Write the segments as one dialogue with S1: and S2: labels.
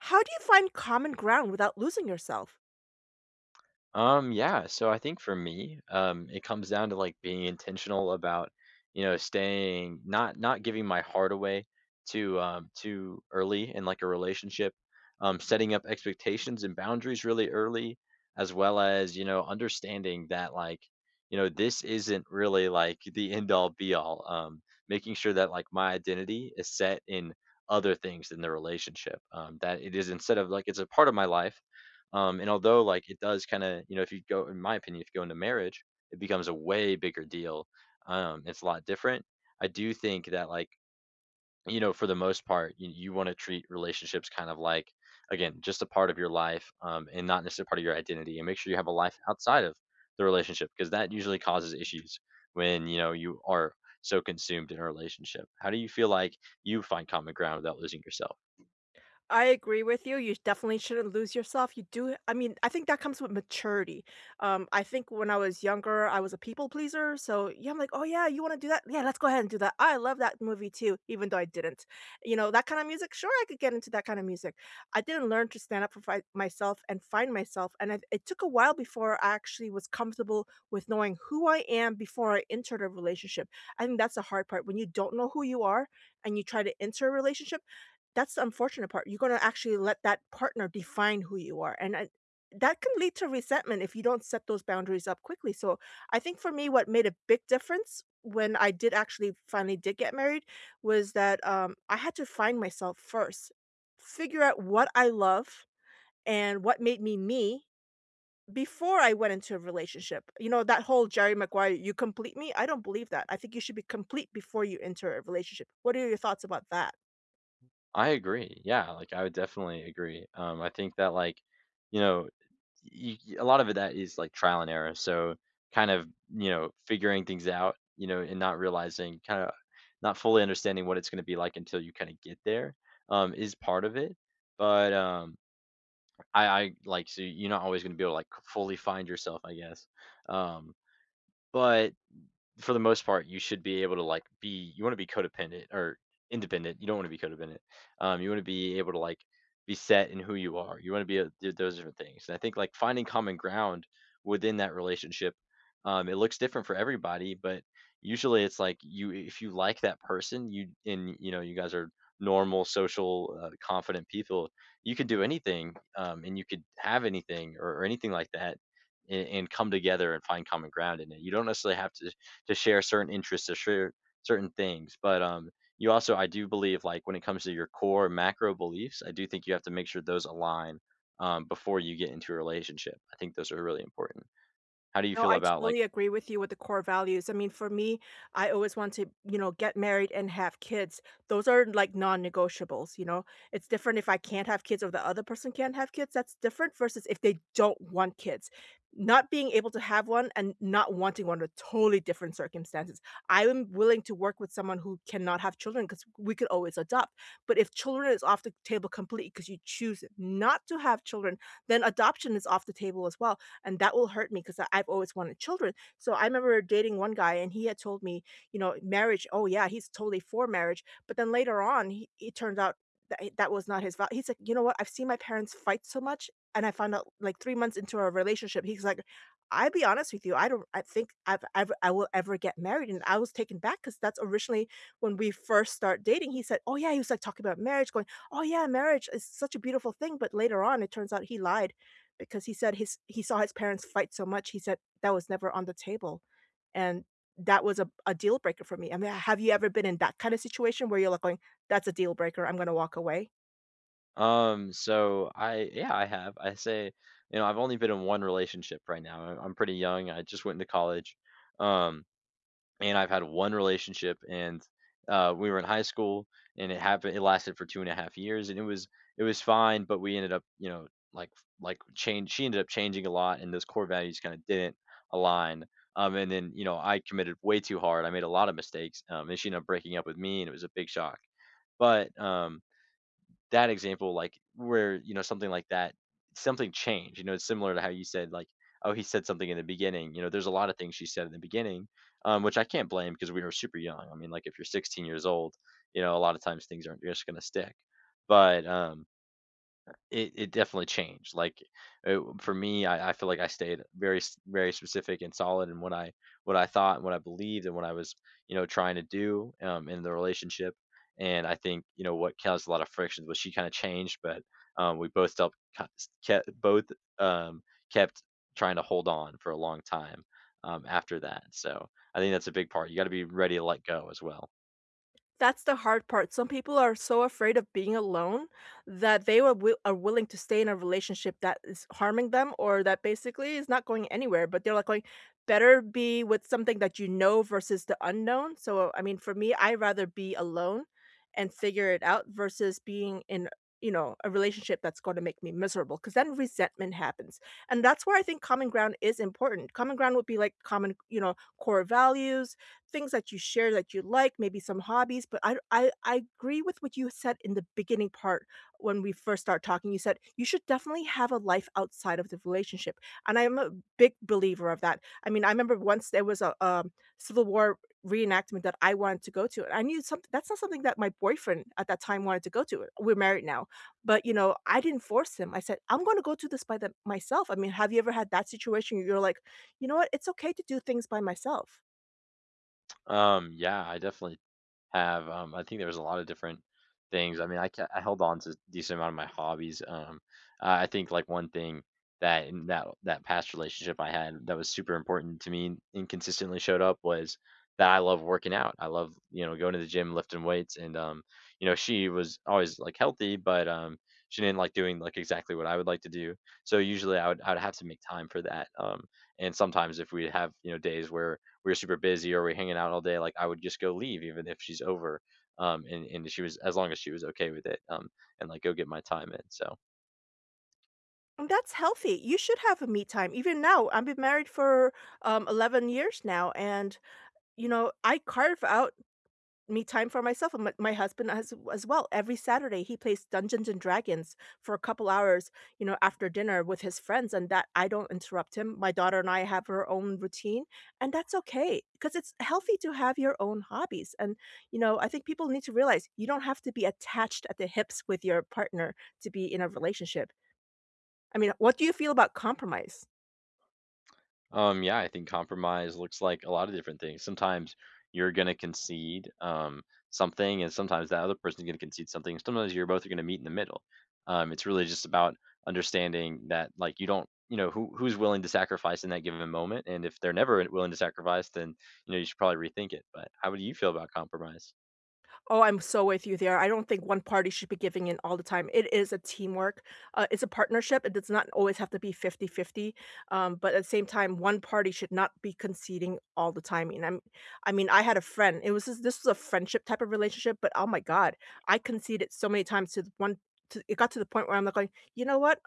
S1: How do you find common ground without losing yourself?
S2: Yeah, so I think for me, it comes down to like being intentional about, you know, staying not giving my heart away too too early in like a relationship. Um, setting up expectations and boundaries really early, as well as, you know, understanding that like, you know, this isn't really like the end all be all. Making sure that like my identity is set in other things than the relationship. That it is instead of like it's a part of my life. Um, and although like it does kind of, you know, if you go, in my opinion, if you go into marriage, it becomes a way bigger deal. It's a lot different. I do think that like, you know, for the most part, you want to treat relationships kind of like, again, just a part of your life. Um, and not necessarily part of your identity. And make sure you have a life outside of the relationship because that usually causes issues when, you know, you are so consumed in a relationship. How do you feel like you find common ground without losing yourself?
S1: I agree with you. You definitely shouldn't lose yourself. You do I mean, I think that comes with maturity. I think when I was younger, I was a people pleaser. So yeah, I'm like, oh yeah, you want to do that? Yeah, let's go ahead and do that. I love that movie too, even though I didn't. You know, that kind of music. Sure, I could get into that kind of music. I didn't learn to stand up for myself and find myself. It took a while before I actually was comfortable with knowing who I am before I entered a relationship. I think that's the hard part. When you don't know who you are and you try to enter a relationship, that's the unfortunate part. You're gonna actually let that partner define who you are, and I that can lead to resentment if you don't set those boundaries up quickly. So I think for me, what made a big difference when I did actually finally did get married was that, I had to find myself first, figure out what I love and what made me me before I went into a relationship. You know, that whole Jerry Maguire, "You complete me?" I don't believe that. I think you should be complete before you enter a relationship. What are your thoughts about that?
S2: I agree. Yeah, like, I would definitely agree. I think that, like, you know, y y a lot of it that is, like, trial and error, so kind of, you know, figuring things out, you know, and not realizing kinda not fully understanding what it's gonna be like until you kinda get there. Um, is part of it, but, I I like, so you're not always gonna be able to, like, fully find yourself, I guess, um, but for the most part, you should be able to like be you want to be codependent or independent. You don't want to be codependent. You want to be able to like be set in who you are. You want to be a, do those different things. And I think like finding common ground within that relationship. Um, it looks different for everybody, but usually it's like you if you like that person, you and you know you guys are normal, social, confident people. You could do anything, and you could have anything or, anything like that and come together and find common ground in it. You don't necessarily have to share certain interests, to share certain things. But you also, I do believe, like when it comes to your core macro beliefs, I do think you have to make sure those align before you get into a relationship. I think those are really important. How do you
S1: No,
S2: feel
S1: I
S2: about like?
S1: totally agree with you with the core values. I mean, for me, I always want to, you know, get married and have kids. Those are like non-negotiables, you know. It's different if I can't have kids or the other person can't have kids. That's different versus if they don't want kids. Not being able to have one and not wanting one are totally different circumstances. I am willing to work with someone who cannot have children because we could always adopt. But if children is off the table completely because you choose not to have children, then adoption is off the table as well, and that will hurt me because I've always wanted children. So I remember dating one guy, and he had told me, you know, marriage. Oh yeah, he's totally for marriage. But then later on, it turned out that that was not his vow. He's like, you know what? I've seen my parents fight so much. And I found out like 3 months into our relationship, he's like, I'll be honest with you. I don't. I think I've ever. I will ever get married. And I was taken back because that's originally when we first start dating. He said, "Oh yeah," he was like talking about marriage, going, "Oh yeah, marriage is such a beautiful thing." But later on, it turns out he lied because he said his he saw his parents fight so much. He said that was never on the table, and that was a deal breaker for me. I mean, have you ever been in that kinda situation where you're, like, going, "That's a deal breaker, I'm gonna walk away?"
S2: So yeah, I have. I say, you know, I've only been in one relationship right now. I'm pretty young. I just went into college. Um, and I've had one relationship, and we were in high school, and it happened. It lasted for 2.5 years, and it was fine, but we ended up, you know, like like change. She ended up changing a lot, and those core values kind of didn't align. And then you know I committed way too hard. I made a lot of mistakes, and she ended up breaking up with me, and it was a big shock. But that example, like, where, you know, something like that something changed, you know, it's similar to how you said, like, "Oh, he said something in the beginning," you know, there's a lot of things she said in the beginning, which I can't blame because we were super young. I mean, like, if you're 16 years old, you know, a lot of times things aren't just gonna stick, but it it definitely changed, like, for me, I feel like I stayed very specific and solid in what I thought and what I believed and what I was, you know, trying to do, in the relationship, and I think, you know, what caused a lot of frictions was she kinda changed, but we both still kept um, kept trying to hold on for a long time, after that. So I think that's a big part, you gotta be ready to let go as well.
S1: That's the hard part. Some people are so afraid of being alone that they are willing to stay in a relationship that is harming them or that basically is not going anywhere. But they're like going, better be with something that you know versus the unknown. So I mean, for me, I would rather be alone and figure it out versus being in, you know, a relationship that's going to make me miserable, because then resentment happens. And that's where I think common ground is important. Common ground would be like common, you know, core values, things that you share that you like, maybe some hobbies. But I agree with what you said in the beginning part when we first start talking. You said you should definitely have a life outside of the relationship, and I'm a big believer of that. I mean, I remember once there was a Civil War reenactment that I wanted to go to, and I knew something that's not something that my boyfriend at that time wanted to go to. We're married now, but you know, I didn't force him. I said, "I'm going to go to this by myself." I mean, have you ever had that situation? You're like, you know what? It's okay to do things by myself.
S2: Yeah, I definitely have. I think there was a lot of different things. I mean, I held on to a decent amount of my hobbies. I think like one thing that in that that past relationship I had that was super important to me and consistently showed up was that I love working out. I love you know going to the gym, lifting weights, and you know she was always like healthy, but she didn't like doing like exactly what I would like to do. So usually I would have to make time for that. And sometimes if we have you know days where we were super busy or we are hanging out all day, like I would just go leave even if she's over. And, she was as long as she was okay with it, and like go get my time in. So
S1: And that's healthy. You should have a me time. Even now, I've been married for 11 years now. And, you know, I carve out me time for myself and my husband as well. Every Saturday, he plays Dungeons and Dragons for a couple hours, you know, after dinner with his friends. And that I don't interrupt him. My daughter and I have her own routine. And that's okay because it's healthy to have your own hobbies. And, you know, I think people need to realize you don't have to be attached at the hips with your partner to be in a relationship. I mean, what do you feel about compromise?
S2: yeah, I think compromise looks like a lot of different things. Sometimes you're gonna concede something, and sometimes that other person's gonna concede something. Sometimes you're both are gonna meet in the middle. It's really just about understanding that like you don't you know who's willing to sacrifice in that given moment, and if they're never willing to sacrifice then you know you should probably rethink it. But how would you feel about compromise?
S1: Oh, I'm so with you there. I don't think one party should be giving in all the time. It is a teamwork. It's a partnership. It does not always have to be 50-50. But at the same time, one party should not be conceding all the time. I mean, I had a friend. This was a friendship type of relationship, but oh my God, I conceded so many times to the one. To, it got to the point where I'm like, going, you know what?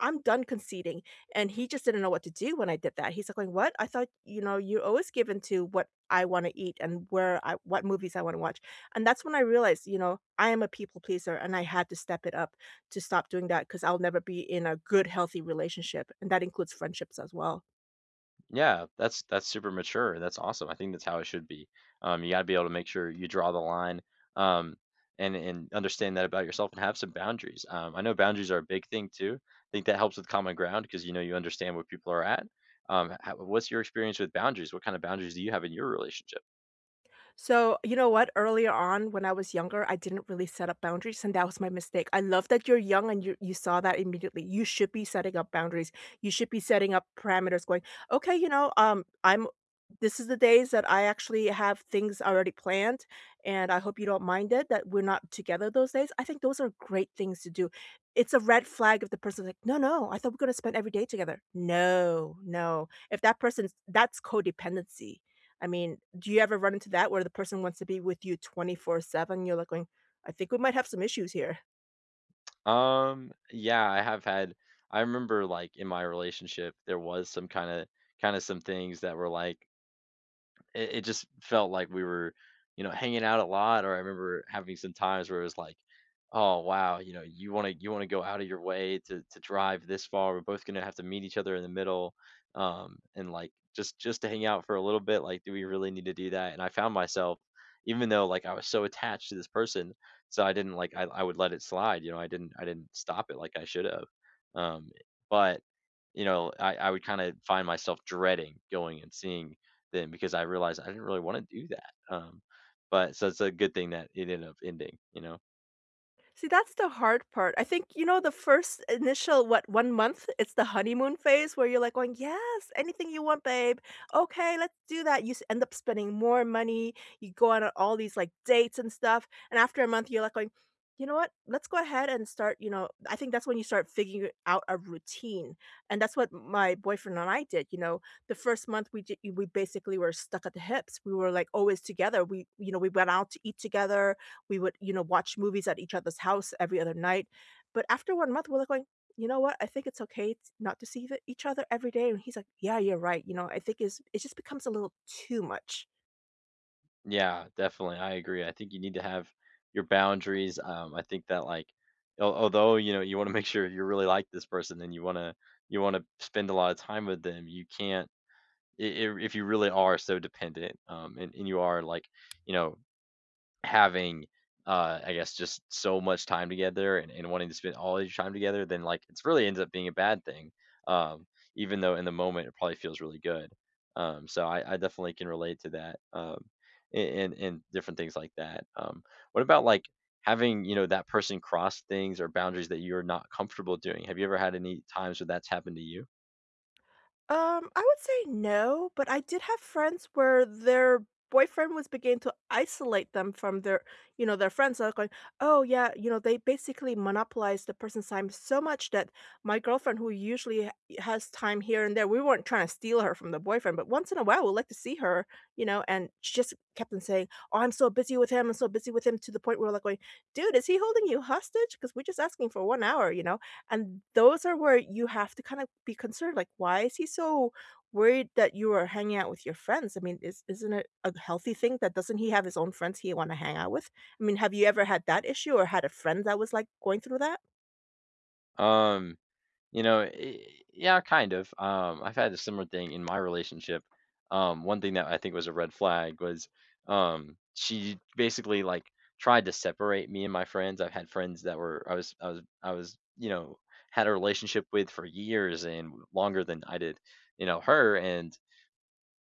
S1: I'm done conceding. And he just didn't know what to do when I did that. He's like going, what? I thought, you know, you're always given to what I want to eat and where what movies I want to watch. And that's when I realized, you know, I am a people pleaser and I had to step it up to stop doing that, because I'll never be in a good, healthy relationship. And that includes friendships as well.
S2: Yeah, that's super mature, and that's awesome. I think that's how it should be. You got to be able to make sure you draw the line, um, and understand that about yourself, and have some boundaries. I know boundaries are a big thing too. I think that helps with common ground because you know you understand where people are at. What's your experience with boundaries? What kind of boundaries do you have in your relationship?
S1: So, you know what? Earlier on, when I was younger, I didn't really set up boundaries, and that was my mistake. I love that you're young and you saw that immediately. You should be setting up boundaries. You should be setting up parameters going, "Okay, you know, I'm, this is the days that I actually have things already planned, and I hope you don't mind it that we're not together those days." I think those are great things to do. It's a red flag if the person's like, "No, no, I thought we are going to spend every day together." No, no. If that person's, that's codependency. I mean, do you ever run into that where the person wants to be with you 24/7? You're like going, "I think we might have some issues here."
S2: Yeah, I have had. I remember like in my relationship, there was some kind of some things that were like it just felt like we were, you know, hanging out a lot. Or I remember having some times where it was like, oh wow, you know, you want to go out of your way to drive this far. We're both gonna have to meet each other in the middle, and like just to hang out for a little bit. Like, do we really need to do that? And I found myself, even though like I was so attached to this person, so I didn't like I would let it slide. You know, I didn't stop it like I should have. Um, but you know, I would kind of find myself dreading going and seeing then because I realized I didn't really want to do that. But so it's a good thing that it ended up ending, you know?
S1: See, that's the hard part. I think, you know, the first initial, what, one month, it's the honeymoon phase where you're like going, yes, anything you want, babe. Okay, let's do that. End up spending more money. You go on all these like dates and stuff. And after a month, you're like going, you know what? Let's go ahead and start, you know, I think that's when you start figuring out a routine. And that's what my boyfriend and I did, you know. The first month we did, we basically were stuck at the hips. We were like always together. We, you know, we went out to eat together, we would, you know, watch movies at each other's house every other night. But after 1 month, we're like going, "You know what? I think it's okay t not to see the each other every day." And he's like, "Yeah, you're right." You know, I think is it just becomes a little too much.
S2: Yeah, definitely. I agree. I think you need to have your boundaries. I think that like, although, you know, you want to make sure you really like this person and you want to spend a lot of time with them, you can't, if you really are so dependent, and you are like, you know, having, I guess, just so much time together and wanting to spend all your time together, then like it's really ends up being a bad thing. Um, Even though in the moment it probably feels really good. So I definitely can relate to that. And and different things like that. What about like having you know that person cross things or boundaries that you're not comfortable doing? Have you ever had any times where that's happened to you?
S1: I would say no, but I did have friends where their boyfriend was beginning to isolate them from their, you know, their friends. They're going, oh yeah, you know, they basically monopolize the person's time so much that my girlfriend, who has time here and there, we weren't trying to steal her from the boyfriend, but once in a while we like to see her, you know, and she just kept on saying, oh, I'm so busy with him, I'm so busy with him, to the point where we're like going, dude, is he holding you hostage? Because we're just asking for 1 hour, you know. And those are where you have to kind of be concerned, like, why is he so worried that you are hanging out with your friends? I mean, is isn't it a healthy thing that doesn't he have his own friends he want to hang out with? I mean, have you ever had that issue or had a friend that was like going through that?
S2: Um, You know, yeah, kind of. I've had a similar thing in my relationship. One thing that I think was a red flag was she basically like tried to separate me and my friends. I've had friends that were I was you know had a relationship with for years and longer than I did, you know, her and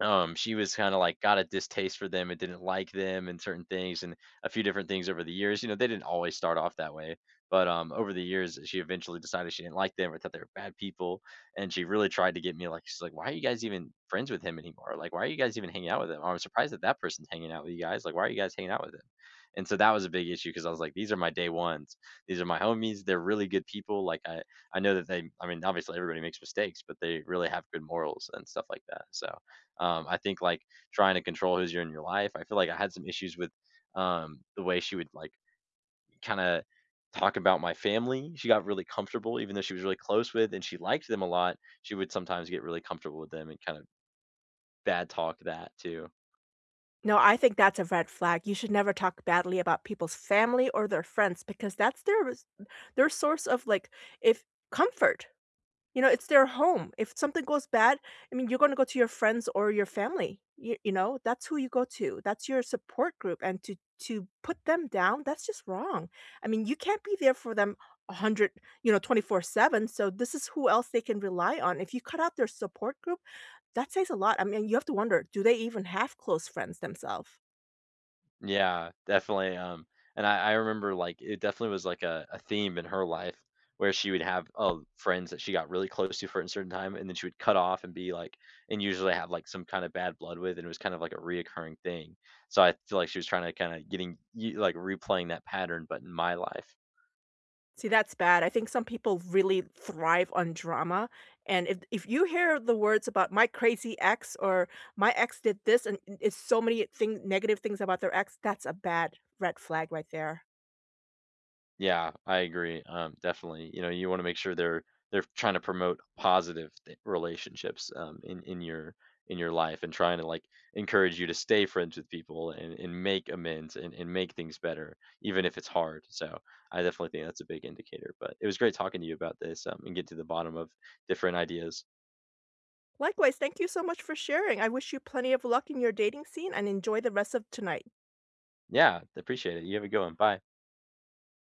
S2: she was kinda, like, got a distaste for them and didn't like them and certain things and a few different things over the years. You know, they didn't always start off that way, but over the years, she eventually decided she didn't like them or thought they were bad people, and she really tried to get me, like she's like, "Why are you guys even friends with him anymore? Like, why are you guys even hanging out with him? I'm surprised that that person's hanging out with you guys, like, why are you guys hanging out with him?" And so that was a big issue because I was like, "These are my day ones. These are my homies, they're really good people," like, I know that they I mean, obviously, everybody makes mistakes, but they really have good morals and stuff like that, so I think like trying to control who's in your life. I feel like I had some issues with the way she would like kind of talk about my family. She got really comfortable, even though she was really close with and she liked them a lot. She would sometimes get really comfortable with them and kind of bad talk that too.
S1: No, I think that's a red flag. You should never talk badly about people's family or their friends because that's their their source of like, if, comfort. You know, it's their home. If something goes bad, I mean, you're gonna go to your friends or your family. You know, that's who you go to. That's your support group. And to put them down, that's just wrong. I mean, you can't be there for them a hundred, you know, 24/7. So this is who else they can rely on. If you cut out their support group, that says a lot. I mean, you have to wonder, do they even have close friends themselves?
S2: Yeah, definitely. And I remember, like, it definitely was, like, a theme in her life where she would have, friends that she got really close to for a certain time, and then she would cut off and be, like and usually have, like, some kind of bad blood with, and it was kind of like a reoccurring thing. So I feel like she was trying to kinda getting you like, replaying that pattern, but in my life.
S1: See, that's bad. I think some people really thrive on drama, and if you hear the words about "my crazy ex" or "my ex did this," and it's so many thing negative things about their ex, that's a bad red flag right there.
S2: Yeah, I agree. Definitely. You know, you want to make sure they're trying to promote positive relationships in your in your life and trying to like encourage you to stay friends with people and, make amends and, make things better, even if it's hard. So I definitely think that's a big indicator. But it was great talking to you about this and get to the bottom of different ideas.
S1: Likewise, thank you so much for sharing. I wish you plenty of luck in your dating scene and enjoy the rest of tonight.
S2: Yeah, appreciate it. You have a good one. Bye.